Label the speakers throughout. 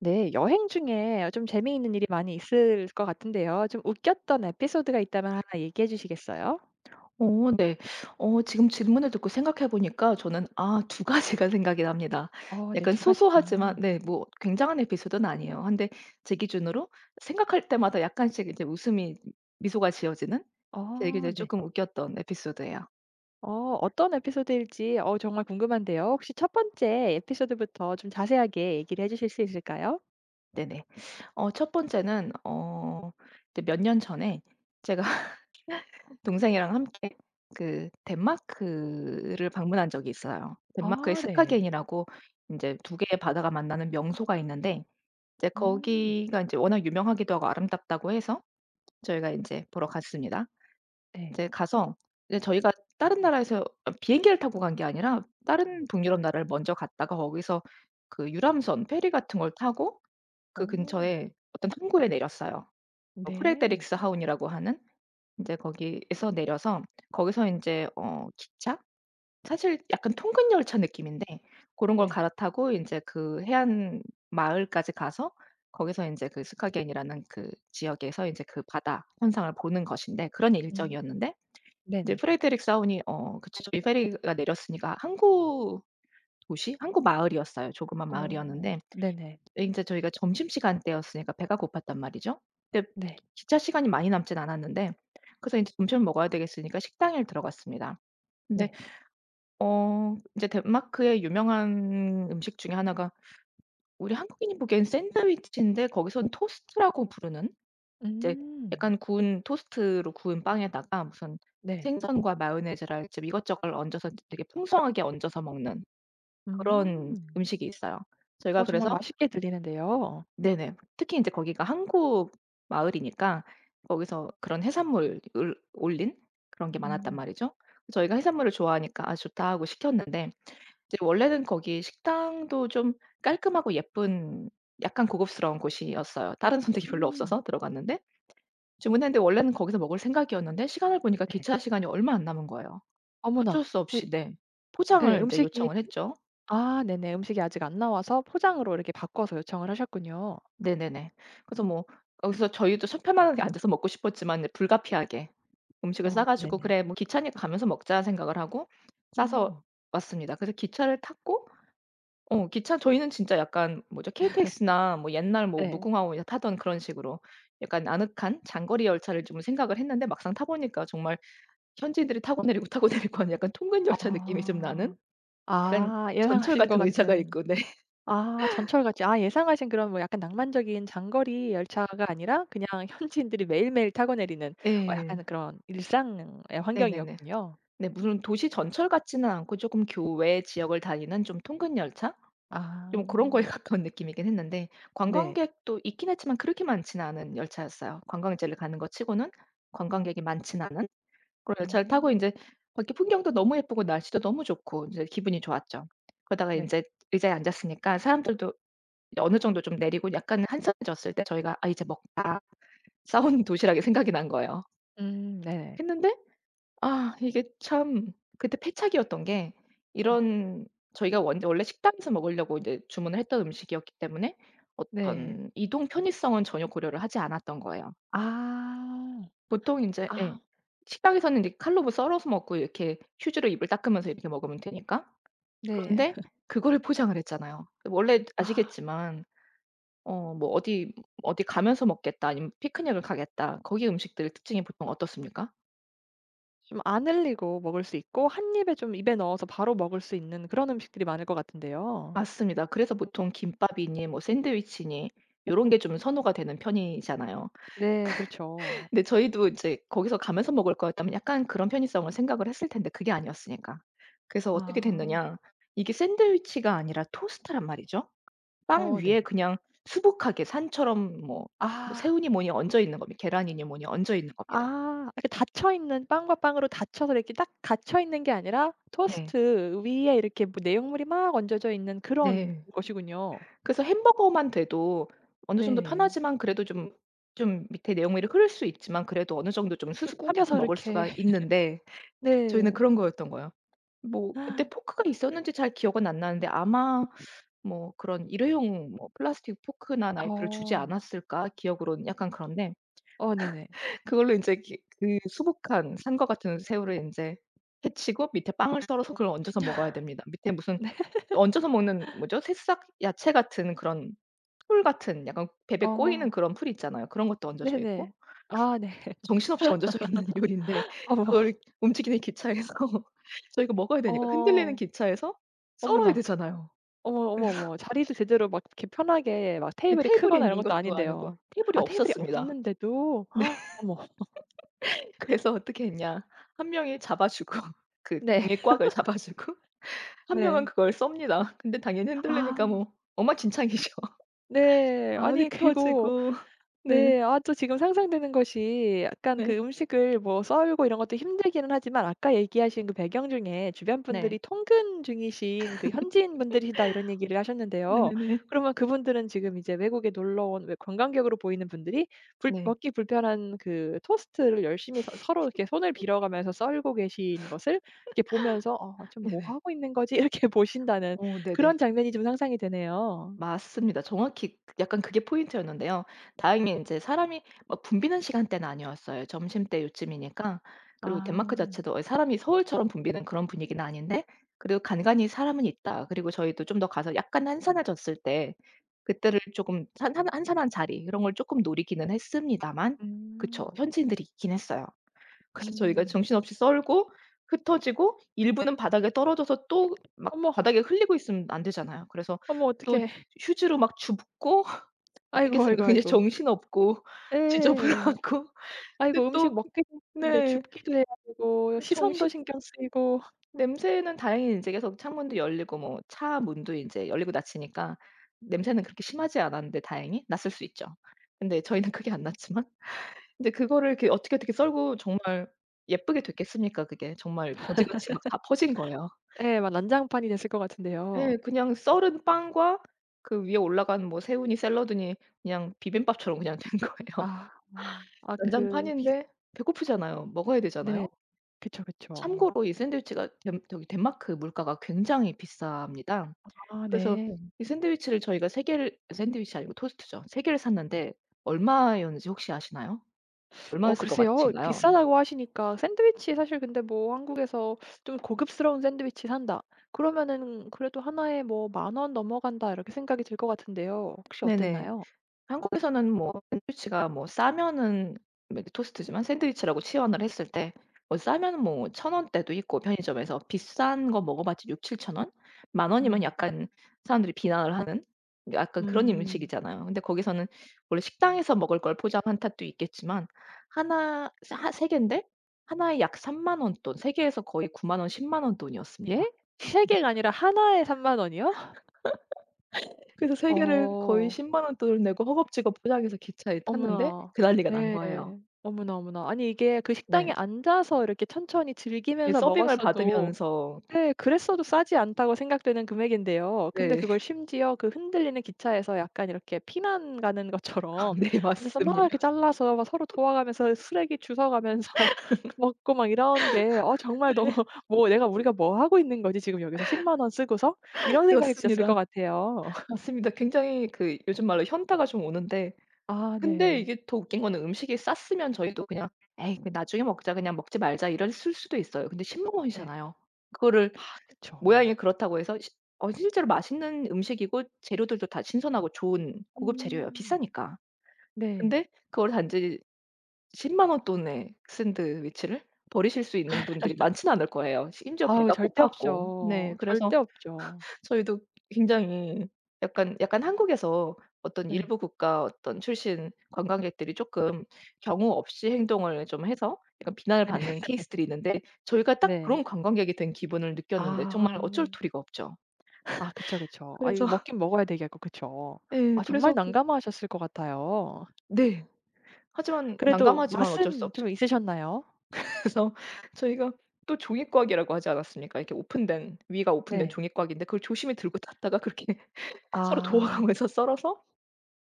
Speaker 1: 네. 여행 중에 좀 재미있는 일이 많이 있을 것 같은데요. 좀 웃겼던 에피소드가 있다면 하나 얘기해 주시겠어요?
Speaker 2: 네. 지금 질문을 듣고 생각해 보니까 저는 두 가지가 생각이 납니다.
Speaker 1: 어 네.
Speaker 2: 약간
Speaker 1: 두 가지나.
Speaker 2: 소소하지만 네 뭐 굉장한 에피소드는 아니에요. 근데 제 기준으로 생각할 때마다 약간씩 이제 웃음이 미소가 지어지는 되게
Speaker 1: 어
Speaker 2: 이제
Speaker 1: 네.
Speaker 2: 조금 웃겼던 에피소드예요.
Speaker 1: 어 어떤 에피소드일지 어 정말 궁금한데요. 혹시 첫 번째 에피소드부터 좀 자세하게 얘기를 해 주실 수 있을까요?
Speaker 2: 네네. 첫 번째는 몇 년 전에 제가 동생이랑 함께 그 덴마크를 방문한 적이 있어요. 덴마크의
Speaker 1: 아 네.
Speaker 2: 스카겐이라고 이제 두 개의 바다가 만나는 명소가 있는데 이제
Speaker 1: 음
Speaker 2: 거기가 이제 워낙 유명하기도 하고 아름답다고 해서 저희가 인제 보러 갔습니다.
Speaker 1: 네.
Speaker 2: 이제 가서 이제 저희가 다른 나라에서 비행기를 타고 간 게 아니라 다른 북유럽 나라를 먼저 갔다가 거기서 그 유람선 페리 같은 걸 타고 그
Speaker 1: 오,
Speaker 2: 근처에 어떤 항구에 내렸어요.
Speaker 1: 네.
Speaker 2: 프레데릭스하운이라고 하는 인제 거기에서 내려서 거기서 인제 기차 사실 약간 통근 열차 느낌인데 고런 걸
Speaker 1: 네.
Speaker 2: 갈아타고 인제 그 해안 마을까지 가서 거기서 인제 그 스카겐이라는 그 지역에서 인제 그 바다 현상을 보는 것인데 그런
Speaker 1: 음
Speaker 2: 일정이었는데 이제
Speaker 1: 네네.
Speaker 2: 프레데릭 사운이 그 저쪽에 페리가 내렸으니까 항구 도시, 항구 마을이었어요. 조그만
Speaker 1: 어
Speaker 2: 마을이었는데
Speaker 1: 네네.
Speaker 2: 인제 저희가 점심시간 때였으니까 배가 고팠단 말이죠. 근데
Speaker 1: 네.
Speaker 2: 기차 시간이 많이 남진 않았는데 그래서 인제 점심을 먹어야 되겠으니까 식당에 들어갔습니다. 근데
Speaker 1: 네.
Speaker 2: 이제 덴마크의 유명한 음식 중에 하나가 우리 한국인이 보기엔 샌드위치인데 거기선 토스트라고 부르는 이제
Speaker 1: 음
Speaker 2: 약간 구운 토스트로 구운 빵에다가 무슨
Speaker 1: 네.
Speaker 2: 생선과 마요네즈랄지 이것저것 얹어서 이제 되게 풍성하게 얹어서 먹는 그런
Speaker 1: 음.
Speaker 2: 음식이 있어요.
Speaker 1: 어
Speaker 2: 저희가
Speaker 1: 정말
Speaker 2: 그래서
Speaker 1: 맛있게 들리는데요.
Speaker 2: 네네. 특히 인제 거기가 항구 마을이니까 거기서 그런 해산물을 올린 그런 게 많았단
Speaker 1: 음.
Speaker 2: 말이죠. 저희가 해산물을 좋아하니까 '아 좋다.' 하고 시켰는데 이제 원래는 거기 식당도 좀 깔끔하고 예쁜 약간 고급스러운 곳이었어요. 다른 선택이 별로
Speaker 1: 음.
Speaker 2: 없어서 들어갔는데 주문했는데 원래는 거기서 먹을 생각이었는데 시간을 보니까
Speaker 1: 네.
Speaker 2: 기차 시간이 얼마 안 남은 거예요. 어쩔
Speaker 1: 어머나.
Speaker 2: 수
Speaker 1: 예
Speaker 2: 없이 네.
Speaker 1: 예
Speaker 2: 포장을 이제
Speaker 1: 음식이
Speaker 2: 요청을 했죠.
Speaker 1: 아 네네. 음식이 아직 안 나와서 포장으로 이렇게 바꿔서 요청을 하셨군요.
Speaker 2: 네네네. 그래서 뭐 거기서 저희도 서편만하게 앉아서 먹고 싶었지만 이제 불가피하게 음식을
Speaker 1: 어
Speaker 2: 싸 가지고
Speaker 1: 네네.
Speaker 2: '그래 뭐 기차니까 가면서 먹자.' 생각을 하고 싸서
Speaker 1: 음.
Speaker 2: 왔습니다. 그래서 기차를 탔고 기차 저희는 진짜 약간 뭐죠? KTX나 뭐 옛날 뭐
Speaker 1: 네.
Speaker 2: 무궁화호 이제 타던 그런 식으로 약간 아늑한 장거리 열차를 좀 생각을 했는데 막상 타 보니까 정말 현지인들이 타고 내리고 타고 내리고 하는 약간 통근 열차 느낌이 좀 나는
Speaker 1: 아.
Speaker 2: 약간
Speaker 1: 아
Speaker 2: 전철
Speaker 1: 예상하신 것
Speaker 2: 같은 의자가
Speaker 1: 같은
Speaker 2: 있고 네.
Speaker 1: 아 전철같이 아 예상하신 그런 뭐 약간 낭만적인 장거리 열차가 아니라 그냥 현지인들이 매일매일 타고 내리는 어
Speaker 2: 예.
Speaker 1: 약간 그런 일상의
Speaker 2: 네네네.
Speaker 1: 환경이었군요.
Speaker 2: 네 무슨 도시 전철 같지는 않고 쪼끔 교외 지역을 다니는 좀 통근 열차?
Speaker 1: 아.
Speaker 2: 좀 고런 거에 가까운 느낌이긴 했는데
Speaker 1: 네.
Speaker 2: 관광객도 있긴 했지만 그렇게 많지는 않은 열차였어요. 관광지를 가는 것 치고는 관광객이 많지는 않은. 그래요. 잘 타고
Speaker 1: 음.
Speaker 2: 인제 밖에 풍경도 너무 예쁘고 날씨도 너무 좋고 인제 기분이 좋았죠. 그러다가
Speaker 1: 네.
Speaker 2: 인제 의자에 앉았으니까 사람들도 이제 어느 정도 좀 내리고 약간 한산해졌을 때 저희가 '아 이제 먹다.' 싸온 도시락이 생각이 난 거예요.
Speaker 1: 네네.
Speaker 2: 했는데 아 이게 참 그때 패착이었던 게
Speaker 1: 어
Speaker 2: 이런 저희가 원 원래 식당에서 먹으려고 이제 주문을 했던 음식이었기 때문에
Speaker 1: 네.
Speaker 2: 어떤 이동 편의성은 전혀 고려를 하지 않았던 거예요.
Speaker 1: 아.
Speaker 2: 보통 인제
Speaker 1: 아
Speaker 2: 예. 식당에서는 이제 칼로 썰어서 먹고 이렇게 휴지로 입을 닦으면서 이렇게 먹으면 되니까.
Speaker 1: 네.
Speaker 2: 그런데 그거를 포장을 했잖아요. 원래
Speaker 1: 아
Speaker 2: 아시겠지만 뭐 어디 가면서 먹겠다 아니면 피크닉을 가겠다. 거기 음식들의 특징이 보통 어떻습니까?
Speaker 1: 좀 안 흘리고 먹을 수 있고 한 입에 좀 입에 넣어서 바로 먹을 수 있는 그런 음식들이 많을 것 같은데요.
Speaker 2: 맞습니다. 그래서 보통 김밥이니 뭐 샌드위치니 요런 게 좀 선호가 되는 편이잖아요.
Speaker 1: 네 그렇죠.
Speaker 2: 근데 저희도 이제 거기서 가면서 먹을 거였다면 약간 그런 편의성을 생각을 했을 텐데 그게 아니었으니까. 그래서 어떻게
Speaker 1: 아.
Speaker 2: 됐느냐. 이게 샌드위치가 아니라 토스트란 말이죠. 빵
Speaker 1: 어 네.
Speaker 2: 위에 그냥 수북하게 산처럼 뭐
Speaker 1: 아.
Speaker 2: 새우니 뭐니 얹어 있는 겁니다. 계란이니 뭐니 얹어 있는 겁니다.
Speaker 1: 아 이렇게 닫혀 있는 빵과 빵으로 닫혀서 이렇게 딱 갇혀 있는 게 아니라
Speaker 2: 네.
Speaker 1: 토스트 위에 이렇게 뭐 내용물이 막 얹어져 있는 그런
Speaker 2: 네.
Speaker 1: 것이군요.
Speaker 2: 그래서 햄버거만 돼도 어느 정도
Speaker 1: 네.
Speaker 2: 편하지만 그래도 좀 밑에 내용물이 흐를 수 있지만 그래도 어느 정도 좀
Speaker 1: 좀
Speaker 2: 수습하면서
Speaker 1: 구겨서
Speaker 2: 먹을
Speaker 1: 이렇게
Speaker 2: 수가 있는데 저희는
Speaker 1: 네.
Speaker 2: 그런 거였던 거예요. 뭐 그때 포크가 있었는지 잘 기억은 안 나는데 아마 뭐 그런 일회용 뭐 플라스틱 포크나 나이프를 주지
Speaker 1: 어.
Speaker 2: 않았을까 기억으로는 약간 그런데
Speaker 1: 어 네네.
Speaker 2: 그걸로 인제 기 그 수북한 산과 같은 새우를 인제 해치고 밑에 빵을 썰어서 그걸 얹어서 먹어야 됩니다. 밑에 무슨
Speaker 1: 네.
Speaker 2: 얹어서 먹는 뭐죠? 새싹 야채 같은 그런 풀 같은 약간 베베 꼬이는
Speaker 1: 어.
Speaker 2: 그런 풀이 있잖아요. 그런 것도 얹어져
Speaker 1: 네네.
Speaker 2: 있고
Speaker 1: 아 네.
Speaker 2: 정신없이 얹어져 있는 요리인데 그
Speaker 1: 어머.
Speaker 2: 걸 움직이는 기차에서 저희가 먹어야 되니까 흔들리는
Speaker 1: 어.
Speaker 2: 기차에서 썰어야
Speaker 1: 어머나.
Speaker 2: 되잖아요.
Speaker 1: 어머, 어머,
Speaker 2: 그래서
Speaker 1: 어머. 자리도 제대로 막 이렇게 편하게 막
Speaker 2: 네
Speaker 1: 테이블이
Speaker 2: 테이블이
Speaker 1: 크거나 이런
Speaker 2: 있는
Speaker 1: 것도
Speaker 2: 것도 아니고
Speaker 1: 아닌데요.
Speaker 2: 테이블이
Speaker 1: 아 테이블이
Speaker 2: 없었습니다.
Speaker 1: 없는데도
Speaker 2: 네.
Speaker 1: 어머.
Speaker 2: 그래서 어떻게 했냐. 한 명이 잡아 주고 그
Speaker 1: 네.
Speaker 2: 종이 꽉을 잡아 주고 한 명은
Speaker 1: 네.
Speaker 2: 그걸 썹니다. 근데 당연히 흔들리니까
Speaker 1: 아
Speaker 2: 뭐 엉망진창이죠.
Speaker 1: 네.
Speaker 2: 다
Speaker 1: 아니 그리고
Speaker 2: 흩어지고. 네.
Speaker 1: 네. 아 또 지금 상상되는 것이 약간 그
Speaker 2: 네.
Speaker 1: 음식을 뭐 썰고 이런 것도 힘들기는 하지만 아까 얘기하신 그 배경 중에 주변 분들이
Speaker 2: 네.
Speaker 1: 통근 중이신 그 현지인 분들이시다 이런 얘기를 하셨는데요.
Speaker 2: 네네네.
Speaker 1: 그러면 그분들은 지금 이제 외국에 놀러 온 왜 관광객으로 보이는 분들이 불
Speaker 2: 네.
Speaker 1: 먹기 불편한 그 토스트를 열심히 서 서로 이렇게 손을 빌어 가면서 썰고 계신 것을 이렇게 보면서 '어 좀 뭐
Speaker 2: 네네.
Speaker 1: 하고 있는 거지?' 이렇게 보신다는
Speaker 2: 네네.
Speaker 1: 그런 장면이 좀 상상이 되네요.
Speaker 2: 맞습니다. 정확히 그 약간 그게 포인트였는데요. 다행히 이제 사람이 막 붐비는 시간대는 아니었어요. 점심때 요쯤이니까. 그리고
Speaker 1: 아.
Speaker 2: 덴마크 자체도 사람이 서울처럼 붐비는 그런 분위기는 아닌데 그래도 간간히 사람은 있다. 그리고 저희도 좀 더 가서 약간 한산해졌을 때 그때를 조금 한 한산한 자리 이런 걸 조금 노리기는 했습니다만 그쵸.
Speaker 1: 음.
Speaker 2: 현지인들이 있긴 했어요. 그래서 저희가
Speaker 1: 음.
Speaker 2: 정신없이 썰고 흩어지고 일부는 바닥에 떨어져서 또 막
Speaker 1: 어머.
Speaker 2: 바닥에 흘리고 있으면 안 되잖아요. 그래서
Speaker 1: 어머
Speaker 2: 또
Speaker 1: 어떡해.
Speaker 2: 휴지로 막 주붓고
Speaker 1: 아이고, 아이고,
Speaker 2: 어떻겠습니까. 굉장히
Speaker 1: 아이고.
Speaker 2: 정신없고
Speaker 1: 예.
Speaker 2: 지저분하고 근데
Speaker 1: 아이고 음식
Speaker 2: 또
Speaker 1: 먹기 힘든데
Speaker 2: 네.
Speaker 1: 줍기도 해야 되고
Speaker 2: 정신
Speaker 1: 시선도 신경 쓰이고
Speaker 2: 냄새는 다행히 인제 계속 창문도 열리고 뭐 차 문도 인제 열리고 닫히니까 냄새는 그렇게 심하지 않았는데 다행히 났을 수 있죠. 근데 저희는 크게 안 났지만 근데 그거를 이렇게 어떻게 썰고 정말 예쁘게 됐겠습니까 그게. 정말 거지같이 막 다 퍼진 거예요.
Speaker 1: 예 막 난장판이 됐을 것 같은데요.
Speaker 2: 예. 그냥 썰은 빵과 그 위에 올라간 뭐 새우니 샐러드니 그냥 비빔밥처럼 그냥 된 거예요.
Speaker 1: 아. 아 그 비스
Speaker 2: 난장판인데 배고프잖아요. 먹어야
Speaker 1: 네.
Speaker 2: 되잖아요.
Speaker 1: 그쵸, 그쵸.
Speaker 2: 참고로 이 샌드위치가 덴 저기 덴마크 물가가 굉장히 비쌉니다.
Speaker 1: 아
Speaker 2: 그래서
Speaker 1: 네.
Speaker 2: 이 샌드위치를 저희가 3개 개를 샌드위치 아니고 토스트죠. 3개 개를 샀는데 얼마였는지 혹시 아시나요?
Speaker 1: 어
Speaker 2: 얼마였을 것
Speaker 1: 글쎄요.
Speaker 2: 같으신가요?
Speaker 1: 비싸다고 하시니까 샌드위치 사실 근데 뭐 한국에서 좀 고급스러운 샌드위치 산다. 그러면은 그래도 하나에 뭐 만 원 넘어간다 이렇게 생각이 들 것 같은데요. 혹시
Speaker 2: 네네.
Speaker 1: 어땠나요?
Speaker 2: 한국에서는 뭐 샌드위치가 뭐 싸면은 맥토스트지만 샌드위치라고 치환을 했을 때 뭐 싸면 뭐천 원대도 있고 편의점에서 비싼 거 먹어봤자 6칠천7 원? 만 원이면
Speaker 1: 음.
Speaker 2: 약간 사람들이 비난을 하는 약간 그런
Speaker 1: 음.
Speaker 2: 음식이잖아요. 근데 거기서는 원래 식당에서 먹을 걸 포장한 탓도 있겠지만 하나 하 세 개인데 하나에 약3만 원 돈 세 개에서 거의 9만 원, 1 0원 돈이었습니다.
Speaker 1: 예? 세 개가 아니라 하나에3만 원이요?
Speaker 2: 그래서 세 개를 거의
Speaker 1: 어.
Speaker 2: 1 0원 돈을 내고 허겁지겁 포장해서 기차에 탔는데
Speaker 1: 어머나.
Speaker 2: 그 난리가 난
Speaker 1: 네.
Speaker 2: 거예요.
Speaker 1: 어머나, 어머나. 아니 이게 그 식당에
Speaker 2: 네.
Speaker 1: 앉아서 이렇게 천천히
Speaker 2: 예
Speaker 1: 즐기면서
Speaker 2: 서빙을
Speaker 1: 먹었어도
Speaker 2: 받으면서
Speaker 1: 네 그랬어도 싸지 않다고 생각되는 금액인데요. 근데
Speaker 2: 네.
Speaker 1: 그걸 심지어 그 흔들리는 기차에서 약간 이렇게 피난 가는
Speaker 2: 아
Speaker 1: 것처럼
Speaker 2: 네
Speaker 1: 앉아서 막 이렇게
Speaker 2: 맞습니다.
Speaker 1: 잘라서 막 서로 도와가면서 쓰레기 주워 가면서 먹고 막 이런 게 어 정말 너무 '뭐 내가 우리가 뭐 하고 있는 거지 지금 여기서 1 0원 쓰고서?' 이런 생각이 드셨을 것
Speaker 2: 그렇습니다.
Speaker 1: 같아요.
Speaker 2: 맞습니다. 굉장히 그 요즘 말로 현타가 좀 오는데
Speaker 1: 아
Speaker 2: 근데
Speaker 1: 네.
Speaker 2: 이게 더 웃긴 거는 음식이 쌌으면 저희도 그냥 '에이 그 나중에 먹자. 그냥 먹지 말자.' 이랬을 수도 있어요. 근데 신문만
Speaker 1: 네.
Speaker 2: 원이잖아요. 그거를
Speaker 1: 아
Speaker 2: 모양이
Speaker 1: 그쵸.
Speaker 2: 그렇다고 해서 시 어 실제로 맛있는 음식이고 재료들도 다 신선하고 좋은 고급 재료예요
Speaker 1: 음.
Speaker 2: 비싸니까.
Speaker 1: 네.
Speaker 2: 근데 그걸 단지 10만 원 돈의 샌드위치를 버리실 수 있는 분들이 많지는 않을 거예요. 심지어
Speaker 1: 아우
Speaker 2: 배가
Speaker 1: 절대
Speaker 2: 고팠고.
Speaker 1: 없죠.
Speaker 2: 네.
Speaker 1: 절대
Speaker 2: 그래서
Speaker 1: 없죠.
Speaker 2: 저희도 굉장히 약간 한국에서 어떤
Speaker 1: 네.
Speaker 2: 일부 국가 어떤 출신 관광객들이 쪼끔 경우 없이 행동을 좀 해서 약간 비난을 받는 케이스들이 있는데 저희가 딱
Speaker 1: 네.
Speaker 2: 그런 관광객이 된 기분을 느꼈는데 정말
Speaker 1: 아.
Speaker 2: 어쩔 도리가 없죠.
Speaker 1: 아 그쵸, 그쵸. 아 이거
Speaker 2: 그래서
Speaker 1: 먹긴 먹어야 되겠고 그쵸.
Speaker 2: 예.
Speaker 1: 아 정말
Speaker 2: 그래서 그
Speaker 1: 난감하셨을 것 같아요.
Speaker 2: 네. 하지만
Speaker 1: 그래도
Speaker 2: 난감하지만 어쩔 수
Speaker 1: 맛은
Speaker 2: 없죠.
Speaker 1: 좀 있으셨나요?
Speaker 2: 그래서 저희가 또 종이과학이라고 하지 않았습니까? 이렇게 오픈된 위가 오픈된
Speaker 1: 네.
Speaker 2: 종이과학인데 그걸 조심히 들고 탔다가 그렇게 서로
Speaker 1: 아.
Speaker 2: 도와가면서 썰어서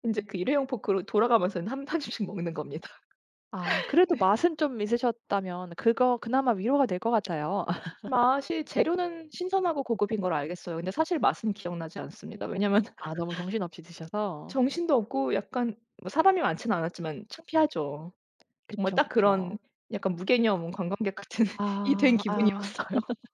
Speaker 2: 이제 그 일회용 포크로 돌아가면서 한 1 입씩 먹는 겁니다.
Speaker 1: 아 그래도
Speaker 2: 네.
Speaker 1: 맛은 좀 있으셨다면 그거 그나마 위로가 될 것 같아요.
Speaker 2: 맛이 재료는 신선하고 고급인 걸 알겠어요. 근데 사실 맛은 기억나지 않습니다. 왜냐면
Speaker 1: 아 너무 정신없이 드셔서.
Speaker 2: 정신도 없고 약간 뭐 사람이 많지는 않았지만 창피하죠. 정말
Speaker 1: 그쵸,
Speaker 2: 딱 그런
Speaker 1: 그쵸.
Speaker 2: 약간 무개념 관광객 같은 이 된
Speaker 1: 아. 아.
Speaker 2: 기분이었어요.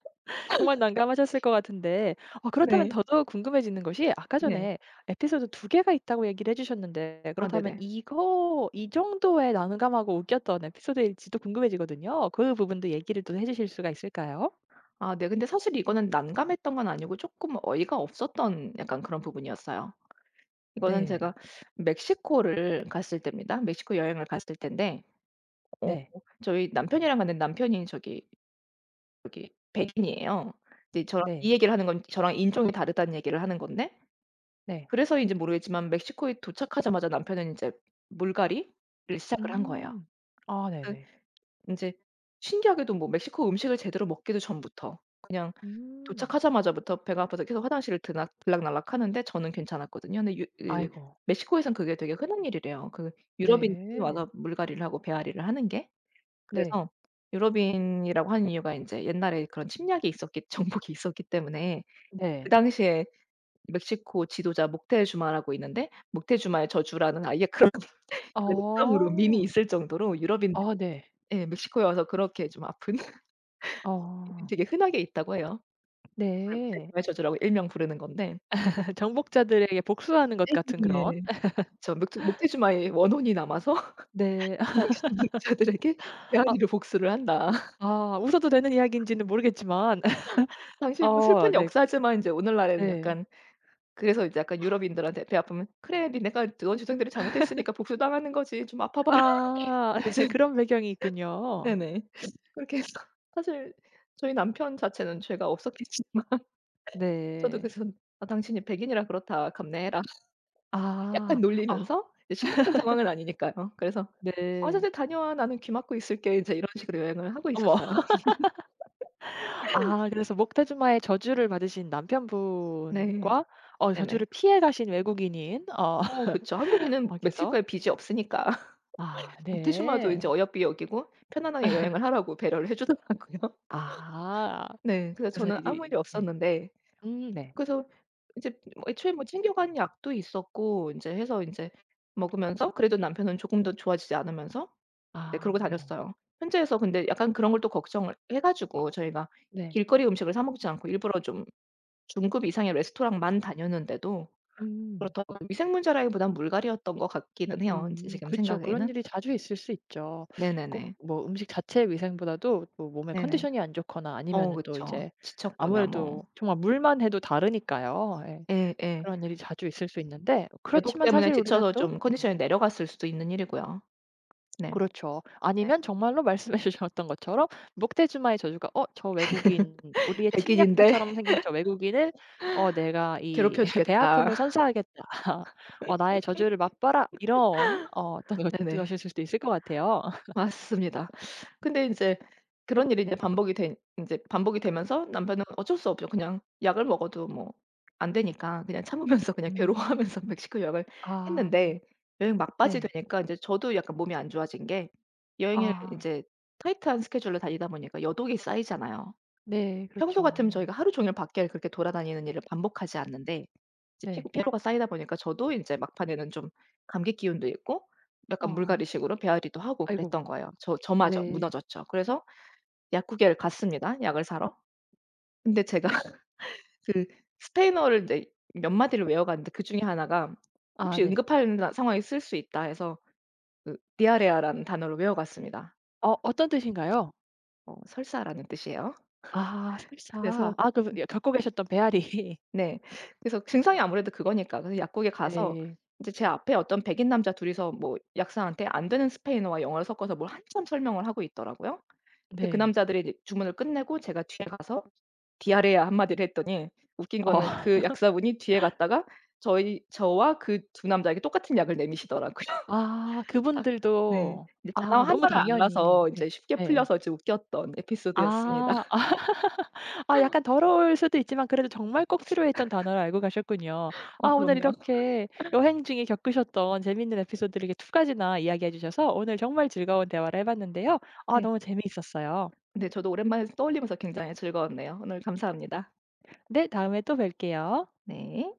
Speaker 1: 정말 난감하셨을 것 같은데 어 그렇다면
Speaker 2: 네.
Speaker 1: 더더욱 궁금해지는 것이 아까
Speaker 2: 네.
Speaker 1: 전에 에피소드 두 개가 있다고 얘기를 해 주셨는데
Speaker 2: 아
Speaker 1: 그렇다면
Speaker 2: 네네.
Speaker 1: 이거 이 정도의 난감하고 웃겼던 에피소드일지도 궁금해지거든요. 그 부분도 얘기를 또 해 주실 수가 있을까요?
Speaker 2: 아 네. 근데 사실 이거는 난감했던 건 아니고 조금 어이가 없었던 약간 그런 부분이었어요. 이거는
Speaker 1: 네.
Speaker 2: 제가 멕시코를 갔을 때입니다. 멕시코 여행을 갔을 때인데 어
Speaker 1: 네.
Speaker 2: 저희 남편이랑 갔는데 남편이 저기 백인이에요. 이제 저랑 이
Speaker 1: 네.
Speaker 2: 얘기를 하는 건 저랑 인종이 다르다는 얘기를 하는 건데
Speaker 1: 네.
Speaker 2: 그래서인지 모르겠지만 멕시코에 도착하자마자 남편은 이제 물갈이를 시작을 한 거예요.
Speaker 1: 음. 아
Speaker 2: 그
Speaker 1: 네네.
Speaker 2: 제 신기하게도 뭐 멕시코 음식을 제대로 먹기도 전부터 그냥
Speaker 1: 음.
Speaker 2: 도착하자마자부터 배가 아파서 계속 화장실을 드 들락날락하는데 저는 괜찮았거든요. 근데 유 그
Speaker 1: 아이고.
Speaker 2: 멕시코에선 그게 되게 흔한 일이래요. 그 유럽인들이
Speaker 1: 네.
Speaker 2: 와서 물갈이를 하고 배앓이를 하는 게.
Speaker 1: 네.
Speaker 2: 그래서 유럽인이라고 하는 이유가 인제 옛날에 그런 침략이 있었기 정복이 있었기 때문에 그
Speaker 1: 네.
Speaker 2: 당시에 멕시코 지도자 목테주마라고 있는데 목테주마의 저주라는 아예 그런 으로
Speaker 1: 어.
Speaker 2: 밈이 있을 정도로 유럽인들이
Speaker 1: 어 네.
Speaker 2: 예 멕시코에 와서 그렇게 좀 아픈 일이
Speaker 1: 어.
Speaker 2: 되게 흔하게 있다고 해요. 그걸
Speaker 1: 네.
Speaker 2: 목테주마의 저주라고 일명 부르는 건데.
Speaker 1: 정복자들에게 복수하는 것 같은 그런
Speaker 2: 예. 저묵 목테주마의 원혼이 남아서
Speaker 1: 네.
Speaker 2: 당시 조직자들에게
Speaker 1: 아
Speaker 2: 메아리로 복수를 한다.
Speaker 1: 아 웃어도 되는 이야기인지는 모르겠지만
Speaker 2: 당시 뭐
Speaker 1: 어
Speaker 2: 슬픈
Speaker 1: 네
Speaker 2: 역사지만 인제 오늘날에는
Speaker 1: 네.
Speaker 2: 약간 그래서 이제 약간 유럽인들한테 배 아프면 "그래 니네가 너희 조상들이 잘못했으니까 복수당하는 거지. 좀 아파 봐라."
Speaker 1: 아
Speaker 2: 요즘
Speaker 1: 그런 배경이 있군요.
Speaker 2: 네네. 그렇게 해서 사실 저희 남편 자체는 죄가 없었겠지만 저도
Speaker 1: 네.
Speaker 2: 그래서 "아 당신이 백인이라 그렇다. 감내해라."
Speaker 1: 아.
Speaker 2: 약간
Speaker 1: 아
Speaker 2: 놀리면서 이제 심각한 상황은 아니니까요. 그래서 "아
Speaker 1: 네.
Speaker 2: 자네 다녀와. 나는 귀 막고 있을게." 인제 이런 식으로 여행을 하고
Speaker 1: 어머.
Speaker 2: 있었어요.
Speaker 1: 아 그래서 목테주마의 저주를 받으신
Speaker 2: 네.
Speaker 1: 남편분과 어
Speaker 2: 네네.
Speaker 1: 저주를 피해 가신 외국인인 어
Speaker 2: 그쵸. 한국에는
Speaker 1: 어 께서
Speaker 2: 멕시코에 빚이 없으니까
Speaker 1: 아
Speaker 2: 모테주마도 인제
Speaker 1: 네.
Speaker 2: 어여삐 여기고 편안하게 여행을 하라고 배려를 해 주더라고요.
Speaker 1: 아
Speaker 2: 네. 그래서
Speaker 1: 그래서
Speaker 2: 저는 아무
Speaker 1: 이제
Speaker 2: 일이
Speaker 1: 네.
Speaker 2: 없었는데
Speaker 1: 네.
Speaker 2: 그래서 이제 뭐 애초에 뭐 챙겨간 약도 있었고 인제 해서 인제 먹으면서 그래도 남편은 조금 더 좋아지지 않으면서 네 그러고
Speaker 1: 아 이런.
Speaker 2: 다녔어요. 현지에서 근데 약간 그런 걸 또 걱정을 해 가지고 저희가
Speaker 1: 네.
Speaker 2: 길거리 음식을 사 먹지 않고 일부러 좀 중급 이상의 레스토랑만 다녔는데도
Speaker 1: 음.
Speaker 2: 그렇다고 미생문제라기보단 물갈이였던 것 같기는 해요 지 지금
Speaker 1: 그죠 그런
Speaker 2: 생각에는.
Speaker 1: 일이 자주 있을 수 있죠. 꼭
Speaker 2: 네네네.
Speaker 1: 뭐 음식 자체의 위생보다도 뭐 몸에
Speaker 2: 네네.
Speaker 1: 컨디션이 안 좋거나
Speaker 2: 어
Speaker 1: 아니면은 또
Speaker 2: 그쵸.
Speaker 1: 이제
Speaker 2: 지쳤거나 뭐
Speaker 1: 아무래도 정말 물만 해도 다르니까요. 예.
Speaker 2: 예예.
Speaker 1: 그런 일이 자주 있을 수 있는데
Speaker 2: 여독
Speaker 1: 그렇지만
Speaker 2: 때문에
Speaker 1: 사실 우리가
Speaker 2: 지쳐서
Speaker 1: 또
Speaker 2: 좀 컨디션이 내려갔을 수도 있는 일이고요. 네.
Speaker 1: 그렇죠.
Speaker 2: 네.
Speaker 1: 아니면 정말로 말씀해 주셨던 것처럼 목테주마의 저주가 '어 저 외국인 우리의
Speaker 2: '백인인데
Speaker 1: 침략자처럼 생긴 저 외국인을 어 내가 이
Speaker 2: 괴롭혀
Speaker 1: 배
Speaker 2: 주겠다.'
Speaker 1: 아픔을 선사하겠다. 어 나의 저주를 맛봐라.' 이런 어 어떤 것들
Speaker 2: 네네.
Speaker 1: 하 수도 있을 것 같아요.
Speaker 2: 맞습니다. 근데 인제 그런 일이 이제 반복이 된 인제 반복이 되면서 남편은 어쩔 수 없죠. 그냥 약을 먹어도 뭐 안 되니까 그냥 참으면서 그냥
Speaker 1: 음.
Speaker 2: 괴로워하면서 멕시코 여행을
Speaker 1: 아
Speaker 2: 했는데 여행 막바지
Speaker 1: 네.
Speaker 2: 되니까 인제 저도 약간 몸이 안 좋아진 게 여행을
Speaker 1: 아
Speaker 2: 인제 타이트한 스케줄로 다니다 보니까 여독이 쌓이잖아요.
Speaker 1: 네.
Speaker 2: 평소
Speaker 1: 그렇죠.
Speaker 2: 같으면 저희가 하루 종일 밖에 그렇게 돌아다니는 일을 반복하지 않는데 이제
Speaker 1: 네.
Speaker 2: 피고 피로가 쌓이다 보니까 저도 인제 막판에는 좀 감기 기운도 있고 약간
Speaker 1: 어.
Speaker 2: 물갈이식으로 배앓이도 하고
Speaker 1: 아이고.
Speaker 2: 그랬던 거예요. 저마저
Speaker 1: 네.
Speaker 2: 무너졌죠. 그래서 약국에 갔습니다, 약을 사러. 근데 제가 그 스페인어를 인제 몇 마디를 외워갔는데 그중에 하나가
Speaker 1: 아
Speaker 2: 혹시
Speaker 1: 네.
Speaker 2: 응급한 나 상황에 쓸 수 있다 해서 그아레아라는 단어를 외워갔습니다.
Speaker 1: 어 어떤 뜻인가요?
Speaker 2: 어 설사라는 뜻이에요.
Speaker 1: 아 설사.
Speaker 2: 그래서
Speaker 1: 아 그 예 겪고 계셨던 배아리
Speaker 2: 네. 그래서 증상이 아무래도 그거니까. 그래서 약국에 가서
Speaker 1: 네.
Speaker 2: 인제 제 앞에 어떤 백인 남자 둘이서 뭐 약사한테 안 되는 스페인어와 영어를 섞어서 뭘 한참 설명을 하고 있더라고요. 근데 그
Speaker 1: 네.
Speaker 2: 남자들이 이제 주문을 끝내고 제가 뒤에 가서 "디아르야." 한마디를 했더니 웃긴 거는
Speaker 1: 어.
Speaker 2: 그 약사분이 뒤에 갔다가 저희 저와 그 두 남자에게 똑같은 약을 내미시더라고요.
Speaker 1: 아
Speaker 2: 아 네.
Speaker 1: 그분들도
Speaker 2: 이제 단어
Speaker 1: 아 너무
Speaker 2: 하나를
Speaker 1: 당연히
Speaker 2: 알아서
Speaker 1: 네.
Speaker 2: 인제 쉽게
Speaker 1: 네
Speaker 2: 풀려서 이제 웃겼던 에피소드였습니다.
Speaker 1: 아. 아 약간 더러울 수도 있지만 그래도 정말 꼭 필요했던 단어를 알고 가셨군요. 아
Speaker 2: 어
Speaker 1: 오늘
Speaker 2: 그럼요.
Speaker 1: 이렇게 여행 중에 겪으셨던 재미있는 에피소드를 이렇게 두 가지나 이야기해 주셔서 오늘 정말 즐거운 대화를 해 봤는데요. 아
Speaker 2: 네.
Speaker 1: 너무 재미있었어요.
Speaker 2: 네 저도 오랜만에 떠올리면서 굉장히 즐거웠네요. 오늘 감사합니다.
Speaker 1: 네 다음에 또 뵐게요.
Speaker 2: 네.